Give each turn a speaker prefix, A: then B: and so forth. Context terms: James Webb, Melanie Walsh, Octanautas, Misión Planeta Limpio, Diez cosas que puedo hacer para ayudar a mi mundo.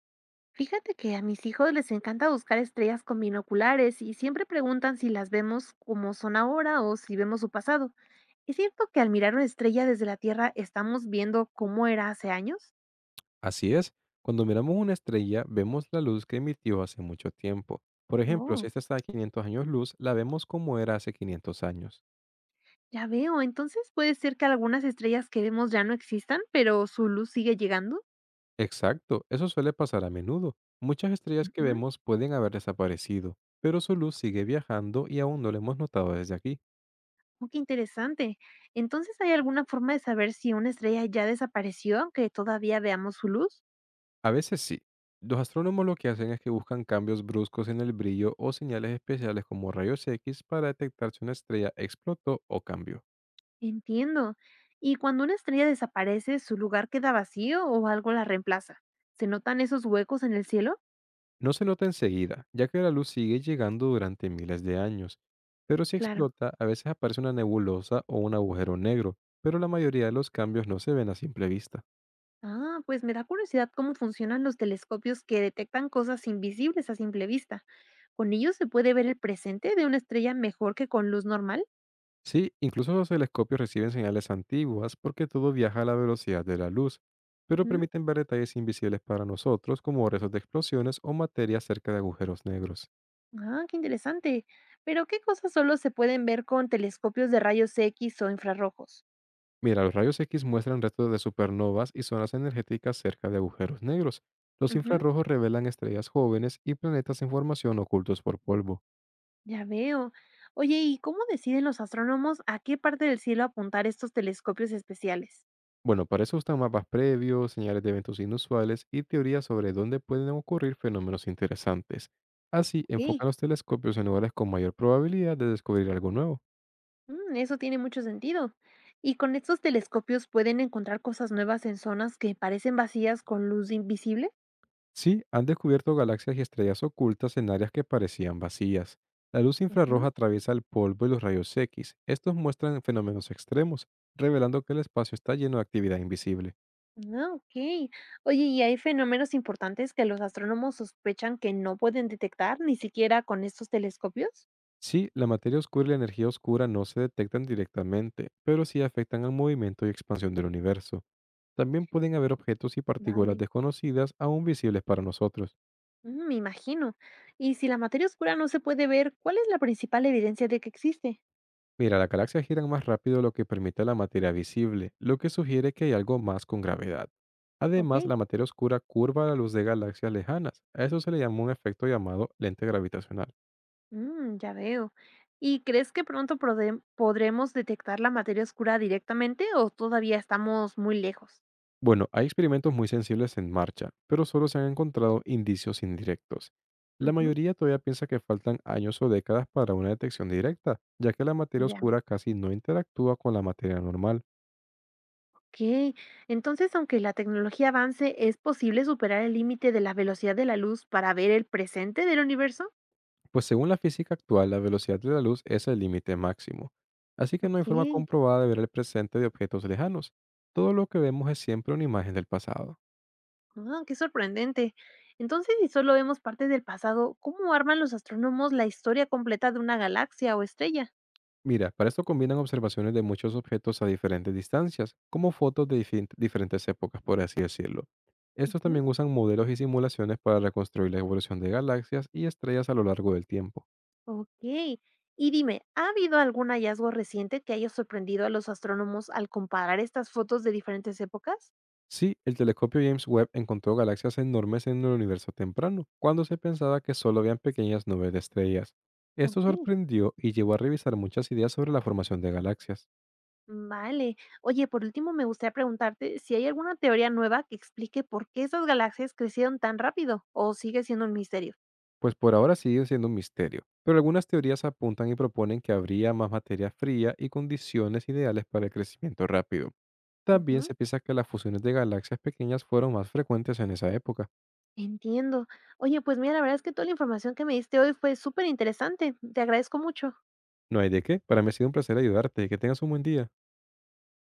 A: Fíjate que a mis hijos les encanta buscar estrellas con binoculares y siempre preguntan si las vemos como son ahora o si vemos su pasado. ¿Es cierto que al mirar una estrella desde la Tierra estamos viendo cómo era hace años?
B: Así es, cuando miramos una estrella, vemos la luz que emitió hace mucho tiempo. Por ejemplo, si
A: Oh,
B: esta está a 500 años luz, la vemos como era hace 500 años.
A: ya veo. Entonces puede ser que algunas estrellas que vemos ya no existan, pero su luz sigue llegando.
B: Exacto, eso suele pasar a menudo. Muchas estrellas que
A: Ujú.
B: vemos pueden haber desaparecido, pero su luz sigue viajando y aún no la hemos notado desde aquí.
A: Oh, qué interesante. Entonces, ¿hay alguna forma de saber si una estrella ya desapareció, aunque todavía veamos su luz?
B: A veces sí. Los astrónomos lo que hacen es que buscan cambios bruscos en el brillo o señales especiales como rayos X para detectar si una estrella explotó o cambió.
A: Entiendo. ¿Y cuando una estrella desaparece, su lugar queda vacío o algo la reemplaza? ¿Se notan esos huecos en el cielo?
B: No se nota enseguida, ya que la luz sigue llegando durante miles de años, pero si
A: Claro.
B: explota, a veces aparece una nebulosa o un agujero negro, pero la mayoría de los cambios no se ven a simple vista.
A: Ah, pues me da curiosidad cómo funcionan los telescopios que detectan cosas invisibles a simple vista. ¿Con ellos se puede ver el presente de una estrella mejor que con luz normal?
B: Sí, incluso los telescopios reciben señales antiguas porque todo viaja a la velocidad de la luz, pero
A: Ujú.
B: permiten ver detalles invisibles para nosotros como restos de explosiones o materia cerca de agujeros negros.
A: Ah, qué interesante. Pero ¿qué cosas solo se pueden ver con telescopios de rayos X o infrarrojos?
B: Mira, los rayos X muestran restos de supernovas y zonas energéticas cerca de agujeros negros. Los
A: Ujú.
B: infrarrojos revelan estrellas jóvenes y planetas en formación ocultos por polvo.
A: Ya veo. Oye, ¿y cómo deciden los astrónomos a qué parte del cielo apuntar estos telescopios especiales?
B: Bueno, para eso están mapas previos, señales de eventos inusuales y teorías sobre dónde pueden ocurrir fenómenos interesantes. Así,
A: Ok,
B: enfocan los telescopios en lugares con mayor probabilidad de descubrir algo nuevo.
A: mm, eso tiene mucho sentido. ¿Y con estos telescopios pueden encontrar cosas nuevas en zonas que parecen vacías con luz invisible?
B: Sí, han descubierto galaxias y estrellas ocultas en áreas que parecían vacías. La luz infrarroja
A: Ujú.
B: atraviesa el polvo y los rayos X. Estos muestran fenómenos extremos, revelando que el espacio está lleno de actividad invisible.
A: Ah, ok. Oye, ¿y hay fenómenos importantes que los astrónomos sospechan que no pueden detectar ni siquiera con estos telescopios?
B: Sí, la materia oscura y la energía oscura no se detectan directamente, pero sí afectan al movimiento y expansión del universo. También pueden haber objetos y partículas
A: Vale.
B: desconocidas aún visibles para nosotros.
A: Mm, me imagino. Y si la materia oscura no se puede ver, ¿cuál es la principal evidencia de que existe?
B: Mira, las galaxias giran más rápido lo que permite la materia visible, lo que sugiere que hay algo más con gravedad.
A: Ok.
B: Además, la materia oscura curva la luz de galaxias lejanas. A eso se le llama un efecto llamado lente gravitacional.
A: Mm, ya veo. ¿Y crees que pronto podremos detectar la materia oscura directamente o todavía estamos muy lejos?
B: Bueno, hay experimentos muy sensibles en marcha, pero solo se han encontrado indicios indirectos. La
A: Ujú,
B: mayoría todavía piensa que faltan años o décadas para una detección directa, ya que la materia
A: ya.
B: oscura casi no interactúa con la materia normal.
A: Ok. Entonces, aunque la tecnología avance, ¿es posible superar el límite de la velocidad de la luz para ver el presente del universo?
B: Pues según la física actual, la velocidad de la luz es el límite máximo, así que no hay
A: Ok.
B: forma comprobada de ver el presente de objetos lejanos. Todo lo que vemos es siempre una imagen del pasado.
A: Ah, qué sorprendente. Entonces, si solo vemos partes del pasado, ¿cómo arman los astrónomos la historia completa de una galaxia o estrella?
B: Mira, para esto combinan observaciones de muchos objetos a diferentes distancias, como fotos de diferentes épocas, por así decirlo. Estos
A: Ujú.
B: también usan modelos y simulaciones para reconstruir la evolución de galaxias y estrellas a lo largo del tiempo.
A: Okey. Y dime, ¿ha habido algún hallazgo reciente que haya sorprendido a los astrónomos al comparar estas fotos de diferentes épocas?
B: Sí, el telescopio James Webb encontró galaxias enormes en el universo temprano, cuando se pensaba que solo habían pequeñas nubes de estrellas. Esto
A: Okey.
B: sorprendió y llevó a revisar muchas ideas sobre la formación de galaxias,
A: Vale. Oye, por último, me gustaría preguntarte si hay alguna teoría nueva que explique por qué esas galaxias crecieron tan rápido, o sigue siendo un misterio.
B: pues por ahora sigue siendo un misterio, pero algunas teorías apuntan y proponen que habría más materia fría y condiciones ideales para el crecimiento rápido. También
A: Ujú.
B: se piensa que las fusiones de galaxias pequeñas fueron más frecuentes en esa época.
A: Entiendo. Oye, pues mira, la verdad es que toda la información que me diste hoy fue súper interesante. Te agradezco mucho.
B: No hay de qué, para mí ha sido un placer ayudarte y que tengas un buen día.